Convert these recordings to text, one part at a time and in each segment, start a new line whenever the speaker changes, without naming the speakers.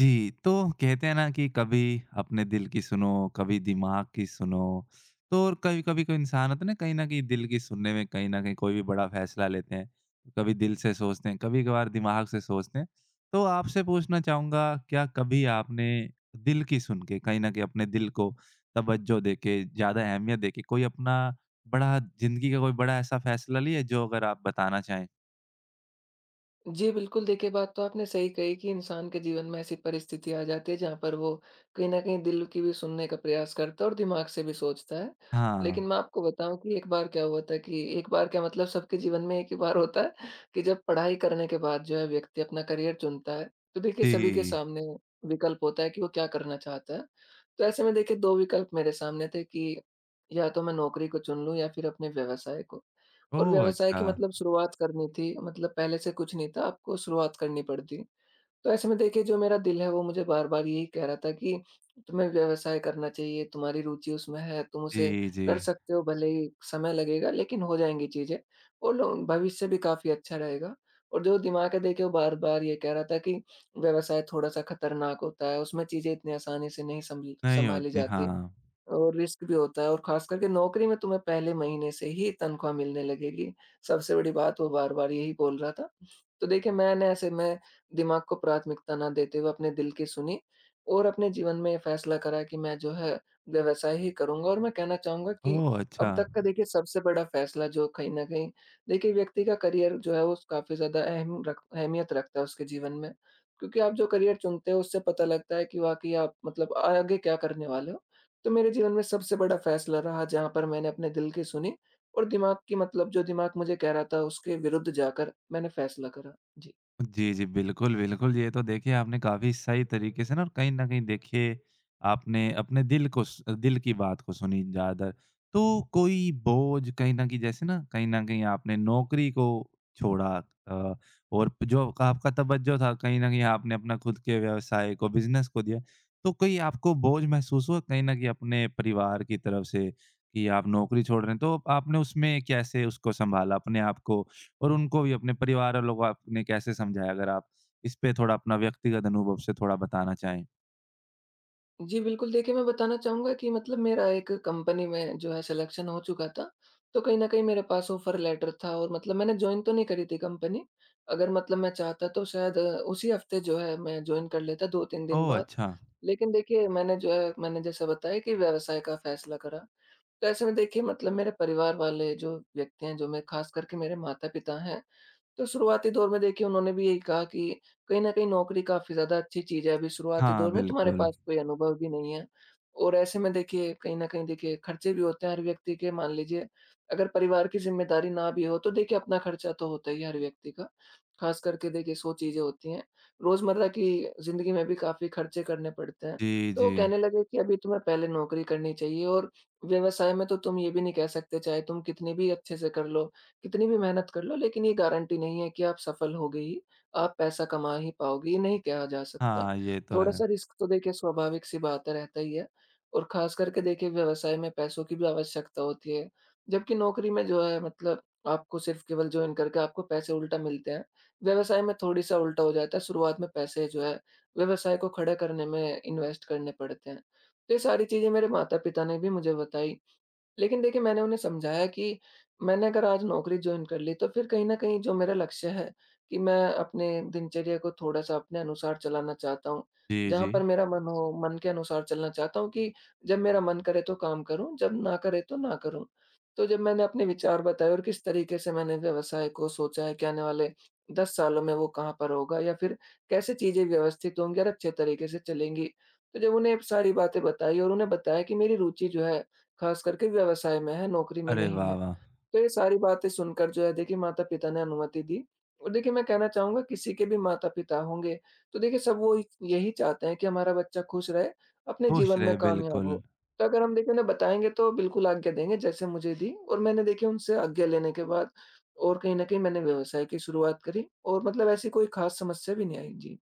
जी, तो कहते हैं ना कि कभी अपने दिल की सुनो, कभी दिमाग की सुनो, तो और कभी-कभी कोई इंसान होता है ना कहीं न कहीं दिल की सुनने में कहीं न कहीं कोई भी बड़ा फैसला लेते हैं। कभी दिल से सोचते हैं, कभी-कभार दिमाग से सोचते हैं। तो आपसे पूछना चाहूँगा क्या कभी आपने दिल की सुन के कहीं न कहीं अपने दिल को तवज्जो देके, ज़्यादा अहमियत देके कोई अपना बड़ा ज़िंदगी का कोई बड़ा ऐसा फैसला लिया है जो अगर आप बताना चाहें?
जी, बिल्कुल देखिए, बात तो आपने सही कही कि इंसान के जीवन में ऐसी परिस्थिति आ जाती है जहाँ पर वो कहीं न कहीं दिल की भी सुनने का प्रयास करता है और दिमाग से भी सोचता है।
हाँ।
लेकिन मैं आपको बताऊँ कि एक बार क्या हुआ था कि एक बार क्या मतलब सबके जीवन में एक ही बार होता है कि जब पढ़ाई करने के बाद जो है व्यक्ति अपना करियर चुनता है, तो देखिए सभी के
जी।
सामने विकल्प होता है कि वो क्या करना चाहता है। तो ऐसे में देखिए 2 विकल्प मेरे सामने थे कि या तो मैं नौकरी को चुन लूँ या फिर अपने व्यवसाय को। और
ओह!
व्यवसाय
अच्छा।
की मतलब शुरुआत करनी थी, मतलब पहले से कुछ नहीं था, आपको शुरुआत करनी पड़ती। तो ऐसे में देखिए जो मेरा दिल है वो मुझे बार-बार यही कह रहा था कि तुम्हें व्यवसाय करना चाहिए, तुम्हारी रुचि उसमें है, तुम उसे
जी, जी।
कर सकते हो, भले ही समय लगेगा लेकिन हो जाएँगी चीज़ें। और लो भविष्य भी काफ़ी अच्छा रहेगा। और जो दिमाग है देखिए वो बार-बार ये कह रहा था कि व्यवसाय थोड़ा-सा खतरनाक होता है, उसमें चीज़ें इतनी आसानी से नहीं संभली
नहीं
संभाली
होती,
जाती।
हाँ।
और रिस्क भी होता है, और ख़ास करके नौकरी में तुम्हें पहले महीने से ही तनख्वाह मिलने लगेगी। सबसे बड़ी बात वो बार-बार यही बोल रहा था। तो देखिए मैंने ऐसे में दिमाग को प्राथमिकता ना देते हुए अपने दिल की सुनी, और अपने जीवन में ये फ़ैसला करा कि मैं जो है व्यवसाय ही करूँगा, और मैं कहना चाहूँगा कि
ओह! अच्छा।
अब तक का देखिए सबसे बड़ा फ़ैसला जो कहीं न कहीं, देखिए व्यक्ति का करियर जो है वो काफ़ी ज़्यादा अहमियत रखता है उसके जीवन में। क्योंकि आप जो करियर चुनते हो उससे पता लगता है कि वाक़ई आप मतलब आगे क्या करने वाले हो। तो मेरे जीवन में सबसे बड़ा फैसला रहा जहाँ पर मैंने अपने दिल की सुनी, और दिमाग की मतलब जो दिमाग मुझे कह रहा था उसके विरुद्ध जाकर मैंने फैसला करा। जी।
जी, जी, बिल्कुल, बिल्कुल। ये तो देखिए आपने काफ़ी सही तरीके से ना और कहीं न कहीं देखिए आपने अपने दिल को स दिल की बात को सुनी ज़्यादातर। तो कोई बोझ कहीं न कहीं जैसे ना कहीं न कहीं आपने नौकरी को छोड़ा अ, और जो आपका तवज्जो था कहीं न कहीं आपने अपना खुद के व्यवसाय को, बिज़नेस को दिया। तो कोई आपको बोझ महसूस हुआ कहीं न कहीं अपने परिवार की तरफ से कि आप नौकरी छोड़ रहे हैं? तो आपने उसमें कैसे उसको सँभाला अपने आप को? और उनको भी अपने परिवार और लोग आपने कैसे समझाया? अगर आप इस पे थोड़ा अपना व्यक्तिगत अनुभव से थोड़ा बताना चाहें।
जी, बिल्कुल देखिए, मैं बताना चाहूँगा कि मतलब मेरा एक कंपनी में जो है सिलेक्शन हो चुका था, तो कहीं न कहीं मेरे पास ऑफर लेटर था, और मतलब मैंने जॉइन तो नहीं करी थी कंपनी। अगर मतलब मैं चाहता तो शायद उसी हफ्ते जो है मैं जॉइन कर लेता 2-3 दिन
ओह!
बाद।
अच्छा।
लेकिन देखिए मैंने जो है मैंने जैसा बताया कि व्यवसाय का फैसला करा। तो ऐसे में देखिए मतलब मेरे परिवार वाले जो व्यक्ति हैं, जो मेरे खास करके मेरे माता-पिता हैं, तो शुरुआती दौर में देखिए उन्होंने भी यही कहा कि कहीं न कहीं नौकरी काफ़ी ज़्यादा अच्छी चीज़ है, अभी शुरुआती
हाँ,
दौर में तुम्हारे
बिल्कुल।
पास कोई अनुभव भी नहीं है। और ऐसे में देखिए कहीं न कहीं देखिए खर्चे भी होते हैं हर व्यक्ति के, मान लीजिए अगर परिवार की ज़िम्मेदारी ना भी हो, तो देखिए अपना खर्चा तो होता ही है हर व्यक्ति का। खास करके देखिए 100 चीज़ें होती हैं रोज़मर्रा की ज़िंदगी में, भी काफ़ी खर्चे करने पड़ते हैं।
जी,
तो
जी।
कहने लगे कि अभी तुम्हें पहले नौकरी करनी चाहिए, और व्यवसाय में तो तुम ये भी नहीं कह सकते, चाहे तुम कितनी भी अच्छे से कर लो, कितनी भी मेहनत कर लो, लेकिन ये गारंटी नहीं है कि आप सफल होगे ही, आप पैसा कमा ही पाओगे, ये नहीं कहा जा सकता।
हाँ, ये तो है।
थोड़ा-सा रिस्क तो देखिए स्वाभाविक सी बात है, रहता ही है, और खास करके देखिए व्यवसाय में पैसों की भी आवश्यकता होती है। जबकि नौकरी में जो है मतलब आपको सिर्फ़ केवल जॉइन करके आपको पैसे उल्टा मिलते हैं। व्यवसाय में थोड़ी-सा उल्टा हो जाता है, शुरुआत में पैसे जो है व्यवसाय को खड़ा करने में इन्वेस्ट करने पड़ते हैं। तो ये सारी चीज़ें मेरे माता-पिता ने भी मुझे बताई, लेकिन देखिए मैंने उन्हें समझाया कि मैंने अगर आज नौकरी जॉइन कर ली, तो फिर कहीं न कहीं जो मेरा लक्ष्य है कि मैं अपने दिनचर्या को थोड़ा-सा अपने अनुसार चलाना चाहता हूँ।
जी,
जहाँ
जी।
पर मेरा मन हो, मन के अनुसार चलना चाहता हूँ, कि जब मेरा मन करे तो काम करूँ, जब ना करे तो ना करूँ। तो जब मैंने अपने विचार बताए और किस तरीके से मैंने व्यवसाय को सोचा है कि आने वाले 10 सालों में वो कहाँ पर होगा, या फिर कैसे चीज़ें व्यवस्थित होंगी और अच्छे तरीके से चलेंगी। तो जब उन्हें सारी बातें बताई और उन्हें बताया कि मेरी रुचि जो है खास करके व्यवसाय में है, नौकरी में
अरे
नहीं
वाह,
है।
वाह!
तो ये सारी बातें सुनकर जो है देखिए माता-पिता ने अनुमति दी, और देखिए मैं कहना चाहूँगा, किसी के भी माता-पिता होंगे, तो देखिए सब वो इ यही चाहते हैं कि हमारा बच्चा खुश रहे, अपने
खुश
जीवन में
रहे,
कामयाब
बिल्कुल।
हो। तो अगर हम देखिए उन्हें बताएँगे तो बिल्कुल आज्ञा देंगे, जैसे मुझे दी, और मैंने देखिए उनसे आज्ञा लेने के बाद और कहीं न कहीं मैंने व्यवसाय की शुरुआत करी, और मतलब ऐसी कोई खास समस्या भी नहीं आई। जी।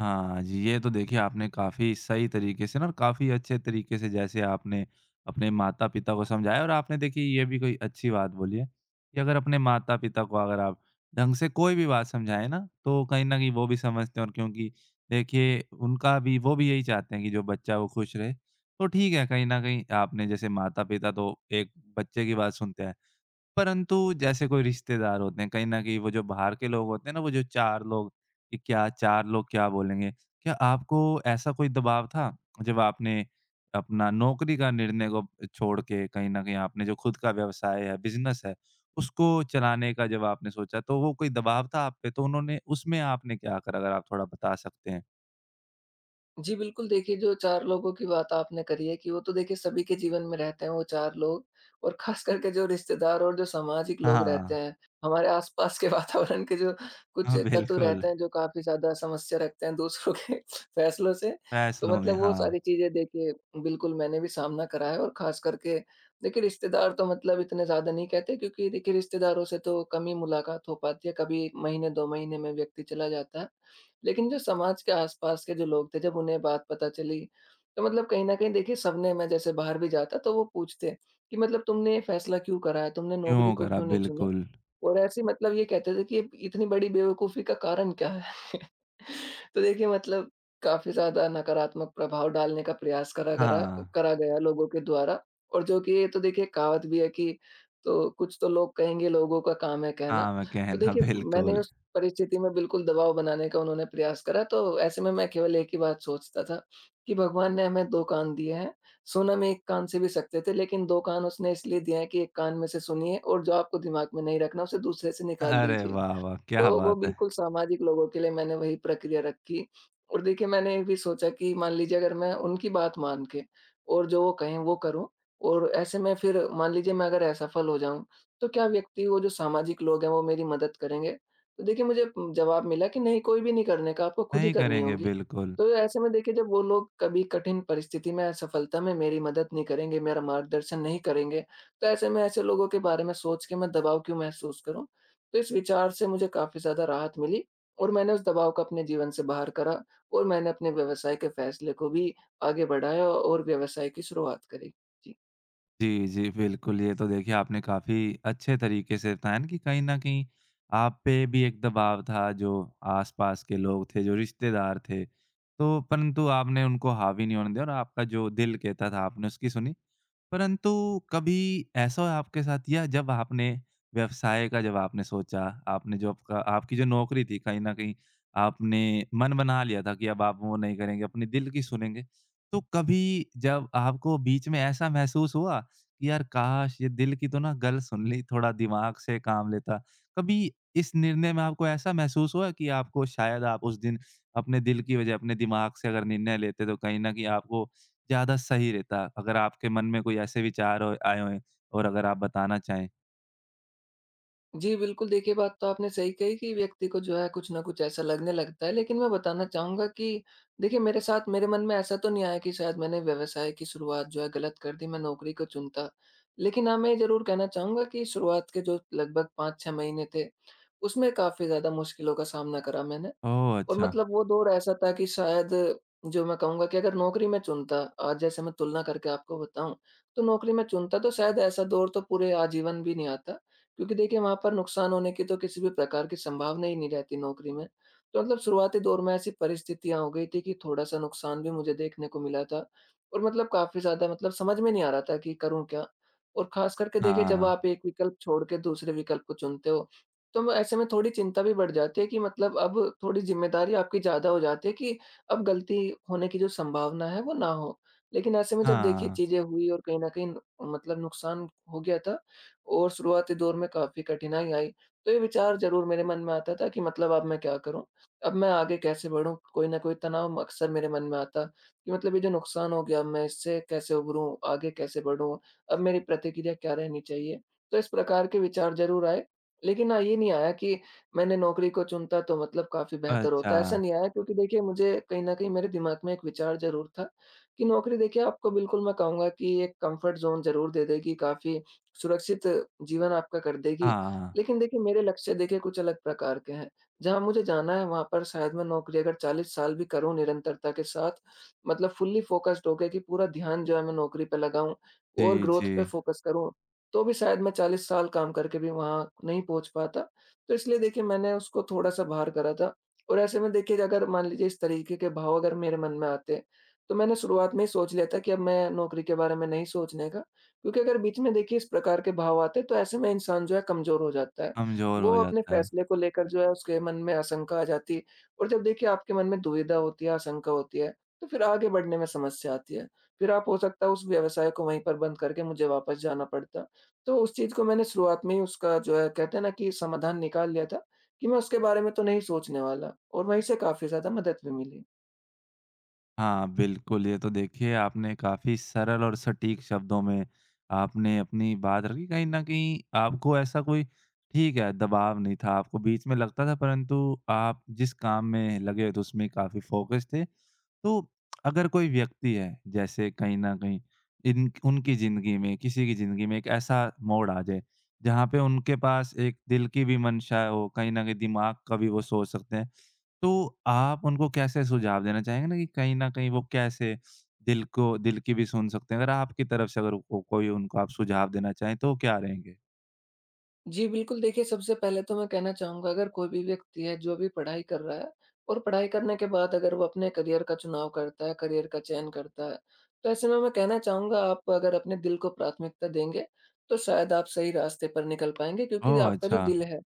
हाँ जी, ये तो देखिए आपने काफ़ी सही तरीके से ना और काफ़ी अच्छे तरीके से जैसे आपने अपने माता-पिता को समझाया और आपने देखिए ये भी कोई अच्छी बात बोली है कि अगर अपने माता-पिता को अगर आप ढंग से कोई भी बात समझाएँ ना, तो कहीं न कहीं वो भी समझते हैं और क्योंकि देखिए उनका भी वो भी यही चाहते हैं कि जो बच्चा वो खुश रहे। तो ठीक है, कहीं न कहीं आपने जैसे माता-पिता तो एक बच्चे की बात सुनते हैं। परंतु जैसे कोई रिश्तेदार होते हैं, कहीं न कहीं वो जो बाहर के लोग होते हैं ना, वो जो 4 लोग कि क्या 4 लोग क्या बोलेंगे? क्या आपको ऐसा कोई दबाव था, जब आपने अपना नौकरी का निर्णय को छोड़ के कहीं न कहीं आपने जो खुद का व्यवसाय है, बिज़नेस है, उसको चलाने का जब आपने सोचा, तो वो कोई दबाव था आप पे? तो उन्होंने उसमें आपने क्या करा? अगर आप थोड़ा बता सकते हैं।
जी, बिल्कुल देखिए, जो 4 लोगों की बात आपने करी है, कि वो तो देखिए सभी के जीवन में रहते हैं वो 4 लोग, और ख़ास करके जो रिश्तेदार और जो सामाजिक लोग रहते
हाँ,
हैं, हमारे आस-पास के वातावरण के जो कुछ
हाँ,
तत्व
बिल्कुल।
रहते हैं जो काफ़ी ज़्यादा समस्या रखते हैं दूसरों के फ़ैसलों से। तो
फैसलों में,
मतलब वो
हाँ।
सारी चीज़ें देखिए बिल्कुल मैंने भी सामना करा है, और ख़ास करके देखिए रिश्तेदार तो मतलब इतने ज़्यादा नहीं कहते, क्योंकि देखिए रिश्तेदारों से तो कम ही मुलाकात हो पाती है, कभी महीने 2 महीने में व्यक्ति चला जाता है। लेकिन जो समाज के आस-पास के जो लोग थे, जब उन्हें बात पता चली, तो मतलब कहीं न कहीं देखिए सबने, मैं जैसे बाहर भी जाता तो वो पूछते कि मतलब तुमने ये फैसला क्यों करा है? तुमने नौकरी
क्यों
को
करा?
क्यों नहीं चुना?
बिल्कुल।
और ऐसे मतलब ये कहते थे कि ये इतनी बड़ी बेवकूफ़ी का कारण क्या है? तो देखिए मतलब काफ़ी ज़्यादा नकारात्मक प्रभाव डालने का प्रयास
हाँ।
करा गया लोगों के द्वारा, और जो कि ये तो देखिए कहावत भी है कि तो कुछ तो लोग कहेंगे, लोगों का काम है कहना।
हाँ, मैं
तो
कहना
देखिए मैंने
बिल्कुल।
उस परिस्थिति में बिल्कुल दबाव बनाने का उन्होंने प्रयास करा, तो ऐसे में मैं केवल एक ही बात सोचता था कि भगवान ने हमें 2 कान दिए हैं, सुन हम 1 कान से भी सकते थे, लेकिन 2 कान उसने इसलिए दिए हैं कि 1 कान में से सुनिए और जो आपको दिमाग में नहीं रखना उसे दूसरे से निकाल
अरे
दीजिए।
वाह, वाह! क्या
तो वो
बात है।
बिल्कुल सामाजिक लोगों के लिए मैंने वही प्रक्रिया रखी, और देखिए मैंने ये भी सोचा कि मान लीजिए अगर मैं उनकी बात मान के और जो वो कहें वो करूँ, और ऐसे में फिर मान लीजिए मैं अगर असफल हो जाऊँ, तो क्या व्यक्ति वो जो सामाजिक लोग हैं वो मेरी मदद करेंगे? तो देखिए मुझे जवाब मिला कि नहीं, कोई भी नहीं करने का, आपको खुद ही
नहीं
करनी
करेंगे,
होगी।
बिल्कुल।
तो ऐसे में देखिए जब वो लोग कभी कठिन परिस्थिति में, असफलता में मेरी मदद नहीं करेंगे, मेरा मार्गदर्शन नहीं करेंगे, तो ऐसे में ऐसे लोगों के बारे में सोच के मैं दबाव क्यों महसूस करूँ? तो इस विचार से मुझे काफ़ी ज़्यादा राहत मिली, और मैंने उस दबाव को अपने जीवन से बाहर करा, और मैंने अपने व्यवसाय के फैसले को भी आगे बढ़ाया और व्यवसाय की शुरुआत करी। जी।
जी, जी, बिल्कुल। ये तो देखिए आपने काफ़ी अच्छे तरीके से बताया ना कि कहीं न कहीं आप पे भी एक दबाव था, जो आस-पास के लोग थे, जो रिश्तेदार थे। तो परंतु आपने उनको हावी नहीं होने दिया और आपका जो दिल कहता था, आपने उसकी सुनी। परंतु कभी ऐसा हुआ आपके साथ या जब आपने व्यवसाय का जब आपने सोचा, आपने जो आपका आपकी जो नौकरी थी कहीं न कहीं आपने मन बना लिया था कि अब आप वो नहीं करेंगे, अपने दिल की सुनेंगे। तो कभी जब आपको बीच में ऐसा महसूस हुआ कि यार काश! ये दिल की तो ना गल सुन ली, थोड़ा दिमाग से काम लेता। कभी इस निर्णय में आपको ऐसा महसूस हुआ कि आपको शायद आप उस दिन अपने दिल की वजह अपने दिमाग से अगर निर्णय लेते तो कहीं न कहीं आपको ज़्यादा सही रहता, अगर आपके मन में कोई ऐसे विचार हो आए हों और अगर आप बताना चाहें?
जी, बिल्कुल देखिए, बात तो आपने सही कही कि व्यक्ति को जो है कुछ न कुछ ऐसा लगने लगता है। लेकिन मैं बताना चाहूँगा कि देखिए मेरे साथ मेरे मन में ऐसा तो नहीं आया कि शायद मैंने व्यवसाय की शुरुआत जो है गलत कर दी, मैं नौकरी को चुनता। लेकिन हाँ, मैं ये ज़रूर कहना चाहूँगा कि शुरुआत के जो लगभग 5-6 महीने थे, उसमें काफ़ी ज़्यादा मुश्किलों का सामना करा मैंने।
ओह!
और
अच्छा।
मतलब वो दौर ऐसा था कि शायद जो मैं कहूँगा कि अगर नौकरी मैं चुनता, आज जैसे मैं तुलना करके आपको बताऊँ, तो नौकरी मैं चुनता तो शायद ऐसा दौर तो पूरे आजीवन भी नहीं आता। क्योंकि देखिए वहाँ पर नुकसान होने की तो किसी भी प्रकार की संभावना ही नहीं रहती नौकरी में। तो मतलब शुरुआती दौर में ऐसी परिस्थितियाँ हो गई थी कि थोड़ा-सा नुकसान भी मुझे देखने को मिला था, और मतलब काफ़ी ज़्यादा मतलब समझ में नहीं आ रहा था कि करूँ क्या? और ख़ास करके देखिए जब
हाँ,
आप एक विकल्प छोड़ के दूसरे विकल्प को चुनते हो, तो म ऐसे में थोड़ी चिंता भी बढ़ जाती है कि मतलब अब थोड़ी ज़िम्मेदारी आपकी ज़्यादा हो जाती है कि अब गलती होने की जो संभावना है वो ना हो। लेकिन ऐसे में जब देखिए
हाँ।
चीज़ें हुई और कहीं न कहीं मतलब नुकसान हो गया था, और शुरुआती दौर में काफ़ी कठिनाई आई। तो ये विचार ज़रूर मेरे मन में आता था कि मतलब अब मैं क्या करूँ? अब मैं आगे कैसे बढ़ूँ? कोई न कोई तनाव अक्सर मेरे मन में आता कि मतलब ये जो नुकसान हो गया, मैं इससे कैसे उभरूँ? आगे कैसे बढ़ूँ? अब मेरी प्रतिक्रिया क्या रहनी चाहिए? तो इस प्रकार के विचार ज़रूर आए, लेकिन हाँ, ये नहीं आया कि मैंने नौकरी को चुनता तो मतलब काफ़ी बेहतर
अच्छा,
होता, ऐसा नहीं आया। क्योंकि देखिए मुझे कहीं न कहीं मेरे दिमाग में एक विचार ज़रूर था कि नौकरी देखिए आपको बिल्कुल, मैं कहूँगा कि एक कम्फ़र्ट ज़ोन ज़रूर दे देगी, काफ़ी सुरक्षित जीवन आपका कर देगी।
हाँ।
लेकिन देखिए मेरे लक्ष्य देखिए कुछ अलग प्रकार के हैं। जहाँ मुझे जाना है वहाँ पर शायद मैं नौकरी अगर 40 साल भी करूँ निरंतरता के साथ, मतलब फुल्ली फ़ोकस्ड होके कि पूरा ध्यान जो है मैं नौकरी पे लगाऊँ और
जी,
ग्रोथ
जी,
पे फ़ोकस करूँ, तो भी शायद मैं 40 साल काम करके भी वहाँ नहीं पहुँच पाता। तो इसलिए देखिए मैंने उसको थोड़ा-सा बाहर करा था। और ऐसे में देखिए अगर मान लीजिए इस तरीके के भाव अगर मेरे मन में आते, तो मैंने शुरुआत में ही सोच लिया था कि अब मैं नौकरी के बारे में नहीं सोचने का। क्योंकि अगर बीच में देखिए इस प्रकार के भाव आते हैं तो ऐसे में इंसान जो है कमज़ोर हो जाता है।
कमज़ोर
वो
हो
अपने
जाता है।
फैसले को लेकर जो है उसके मन में आशंका आ जाती है। और जब देखिए आपके मन में दुविधा होती है, आशंका होती है, तो फिर आगे बढ़ने में समस्या आती है। फिर आप हो सकता है उस व्यवसाय को वहीं पर बंद करके मुझे वापस जाना पड़ता। तो उस चीज़ को मैंने शुरुआत में ही उसका जो है, कहते हैं ना, कि समाधान निकाल लिया था, कि मैं उसके बारे में तो नहीं सोचने वाला, और वहीं से काफ़ी ज़्यादा मदद भी मिली।
हाँ, बिल्कुल, ये तो देखिए आपने काफ़ी सरल और सटीक शब्दों में आपने अपनी बात रखी। कहीं न कहीं आपको ऐसा कोई ठीक है, दबाव नहीं था, आपको बीच में लगता था परंतु आप जिस काम में लगे हुए थे उसमें काफ़ी फ़ोकस थे। तो अगर कोई व्यक्ति है, जैसे कहीं न कहीं इन उनकी ज़िंदगी में, किसी की ज़िंदगी में एक ऐसा मोड़ आ जाए, जहाँ पे उनके पास एक दिल की भी मंशा हो, कहीं न कहीं दिमाग का भी वो सोच सकते हैं। तो आप उनको कैसे सुझाव देना चाहेंगे ना कि कहीं न कहीं वो कैसे दिल को दिल की भी सुन सकते हैं? अगर आपकी तरफ से अगर को कोई उनको आप सुझाव देना चाहें, तो क्या रहेंगे?
जी, बिल्कुल देखिए, सबसे पहले तो मैं कहना चाहूँगा अगर कोई भी व्यक्ति है जो भी पढ़ाई कर रहा है और पढ़ाई करने के बाद अगर वो अपने करियर का चुनाव करता है, करियर का चयन करता है, तो ऐसे में मैं कहना चाहूँगा आप अगर अपने दिल को प्राथमिकता देंगे, तो शायद आप सही रास्ते पर निकल पाएँगे। क्योंकि
ओह!
आपका जो
अच्छा।
दिल है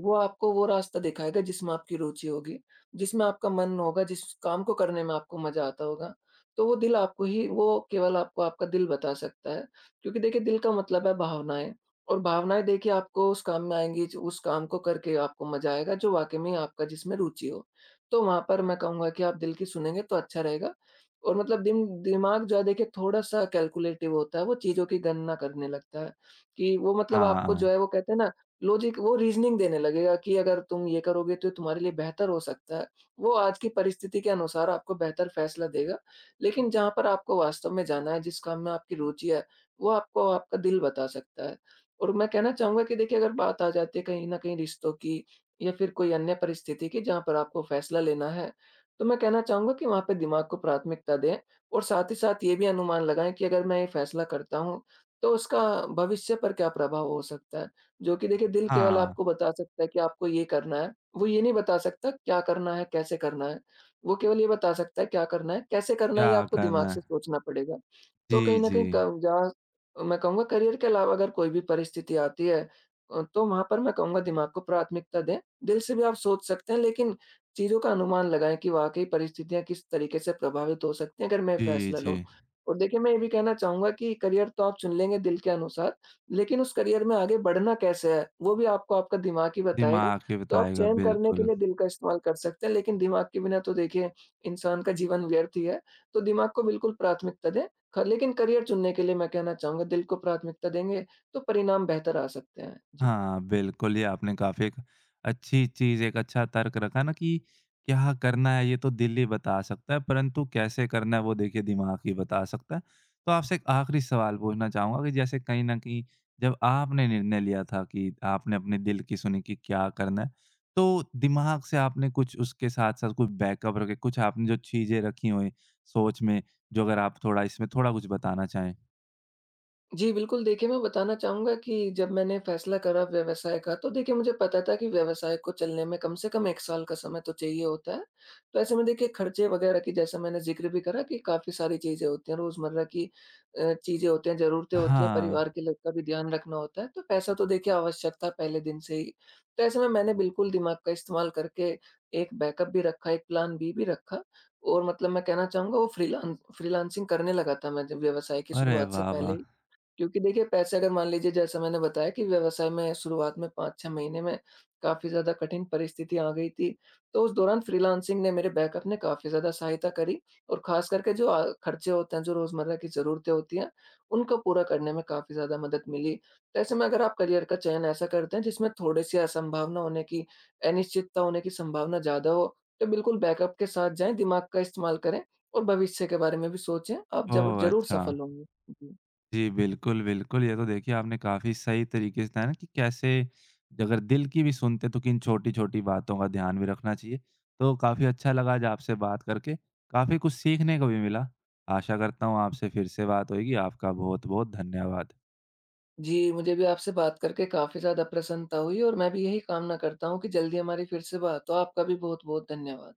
वो आपको वो रास्ता दिखाएगा जिसमें आपकी रुचि होगी, जिसमें आपका मन होगा, जिस काम को करने में आपको मज़ा आता होगा। तो वो दिल आपको ही, वो केवल आपको आपका दिल बता सकता है। क्योंकि देखिए दिल का मतलब है भावनाएँ, और भावनाएँ देखिए आपको उस काम में आएँगी ज उस काम को करके आपको मज़ा आएगा जो वाक़ई में आपका जिसमें रुचि हो। तो वहाँ पर मैं कहूँगा कि आप दिल की सुनेंगे तो अच्छा रहेगा। और मतलब दिमाग जो है देखिए थोड़ा-सा कैलकुलेटिव होता है, वो चीज़ों की गणना करने लगता है कि वो मतलब आपको जो
हाँ,
है वो कहते हैं ना, लॉजिक वो रीज़निंग देने लगेगा कि अगर तुम ये करोगे तो तुम्हारे लिए बेहतर हो सकता है। वो आज की परिस्थिति के अनुसार आपको बेहतर फ़ैसला देगा। लेकिन जहाँ पर आपको वास्तव में जाना है, जिस काम में आपकी रुचि है, वो आपको आपका दिल बता सकता है। और मैं कहना चाहूँगा कि देखिए अगर बात आ जाती है कहीं न कहीं रिश्तों की या फिर कोई अन्य परिस्थिति की जहाँ पर आपको फ़ैसला लेना है, तो मैं कहना चाहूँगा कि वहाँ पे दिमाग को प्राथमिकता दें और साथ ही साथ ये भी अनुमान लगाएँ कि अगर मैं ये फ़ैसला करता हूँ, तो उसका भविष्य पर क्या प्रभाव हो सकता है। जो कि देखिए दिल केवल
हाँ,
आपको बता सकता है कि आपको ये करना है, वो ये नहीं बता सकता क्या करना है, कैसे करना है। वो केवल ये बता सकता है क्या करना है, कैसे करना
क्या
है, ये आपको
करना
दिमाग
है?
से सोचना पड़ेगा। तो
जी,
कहीं न
जी।
कहीं क जहाँ मैं कहूँगा करियर के अलावा अगर कोई भी परिस्थिति आती है, तो वहाँ पर मैं कहूँगा दिमाग को प्राथमिकता दें। दिल से भी आप सोच सकते हैं, लेकिन चीज़ों का अनुमान लगाएँ कि वाक़ई परिस्थितियाँ किस तरीके से प्रभावित हो सकती हैं अगर मैं ये
जी,
फैसला लूँ।
जी।
और देखिए मैं ये भी कहना चाहूँगा कि करियर तो आप चुन लेंगे दिल के अनुसार, लेकिन उस करियर में आगे बढ़ना कैसे है, वो भी आपको आपका दिमाग ही बताएगा।
दिमाग ही
तो आप
बताएगा,
चयन करने के
बिल्कुल।
लिए दिल का इस्तेमाल कर सकते हैं, लेकिन दिमाग के बिना तो देखिए इंसान का जीवन व्यर्थ ही है। तो दिमाग को बिल्कुल प्राथमिकता दें, ख लेकिन करियर चुनने के लिए मैं कहना चाहूँगा दिल को प्राथमिकता देंगे, तो परिणाम बेहतर आ सकते हैं। जी।
हाँ, बिल्कुल, ये आपने काफ़ी एक अच्छी चीज़, एक अच्छा तर्क रखा ना कि क्या करना है, ये तो दिल ही बता सकता है, परंतु कैसे करना है, वो देखिए दिमाग ही बता सकता है। तो आपसे एक आखिरी सवाल पूछना चाहूँगा कि जैसे कहीं न कहीं जब आपने निर्णय लिया था कि आपने अपने दिल की सुनी कि क्या करना है, तो दिमाग से आपने कुछ उसके साथ-साथ कुछ बैकअप रखे, कुछ आपने जो चीज़ें रखी हों सोच में, जो अगर आप थोड़ा इसमें थोड़ा कुछ बताना चाहें?
जी, बिल्कुल देखिए, मैं बताना चाहूँगा कि जब मैंने फैसला करा व्यवसाय का तो देखिए मुझे पता था कि व्यवसाय को चलने में कम से कम 1 साल का समय तो चाहिए होता है। तो ऐसे में देखिए खर्चे वग़ैरह की, जैसा मैंने ज़िक्र भी करा कि काफ़ी सारी चीज़ें होती हैं, रोज़मर्रा की चीज़ें होती हैं, ज़रूरतें होती हैं,
हाँ।
परिवार के लोग का भी ध्यान रखना होता है। तो पैसा तो देखिए आवश्यक था पहले दिन से ही। तो ऐसे में मैंने बिल्कुल दिमाग का इस्तेमाल करके एक बैकअप भी रखा, एक प्लान बी भी रखा। और मतलब मैं कहना चाहूँगा वो फ्रीलांसिंग करने लगा था मैं जब व्यवसाय की
अरे
शुरुआत से
वाह,
पहले
वाह!
ही। क्योंकि देखिए पैसे, अगर मान लीजिए जैसा मैंने बताया कि व्यवसाय में शुरुआत में 5-6 महीने में काफ़ी ज़्यादा कठिन परिस्थिति आ गई थी। तो उस दौरान फ्रीलांसिंग ने, मेरे बैकअप ने काफ़ी ज़्यादा सहायता करी और ख़ास करके जो खर्चे होते हैं, जो रोज़मर्रा की ज़रूरतें होती हैं, उनको पूरा करने में काफ़ी ज़्यादा मदद मिली। तो ऐसे में अगर आप करियर का चयन ऐसा करते हैं जिसमें थोड़ी-सी असंभावना होने की, अनिश्चितता होने की संभावना ज़्यादा हो, तो बिल्कुल बैकअप के साथ जाएँ, दिमाग का इस्तेमाल करें और भविष्य के बारे में भी सोचें, आप जब
ओह!
ज़रूर
अच्छा।
सफल होंगे। जी।
जी, बिल्कुल, बिल्कुल। ये तो देखिए आपने काफ़ी सही तरीके से बताया ना कि कैसे अगर दिल की भी सुनते हैं तो किन छोटी-छोटी बातों का ध्यान भी रखना चाहिए। तो काफ़ी अच्छा लगा आज आपसे बात करके, काफ़ी कुछ सीखने को भी मिला। आशा करता हूँ आपसे फिर से बात होएगी। आपका बहुत-बहुत धन्यवाद।
जी, मुझे भी आपसे बात करके काफ़ी ज़्यादा प्रसन्नता हुई और मैं भी यही कामना करता हूँ कि जल्दी हमारी फिर से बात हो। आपका भी बहुत-बहुत धन्यवाद।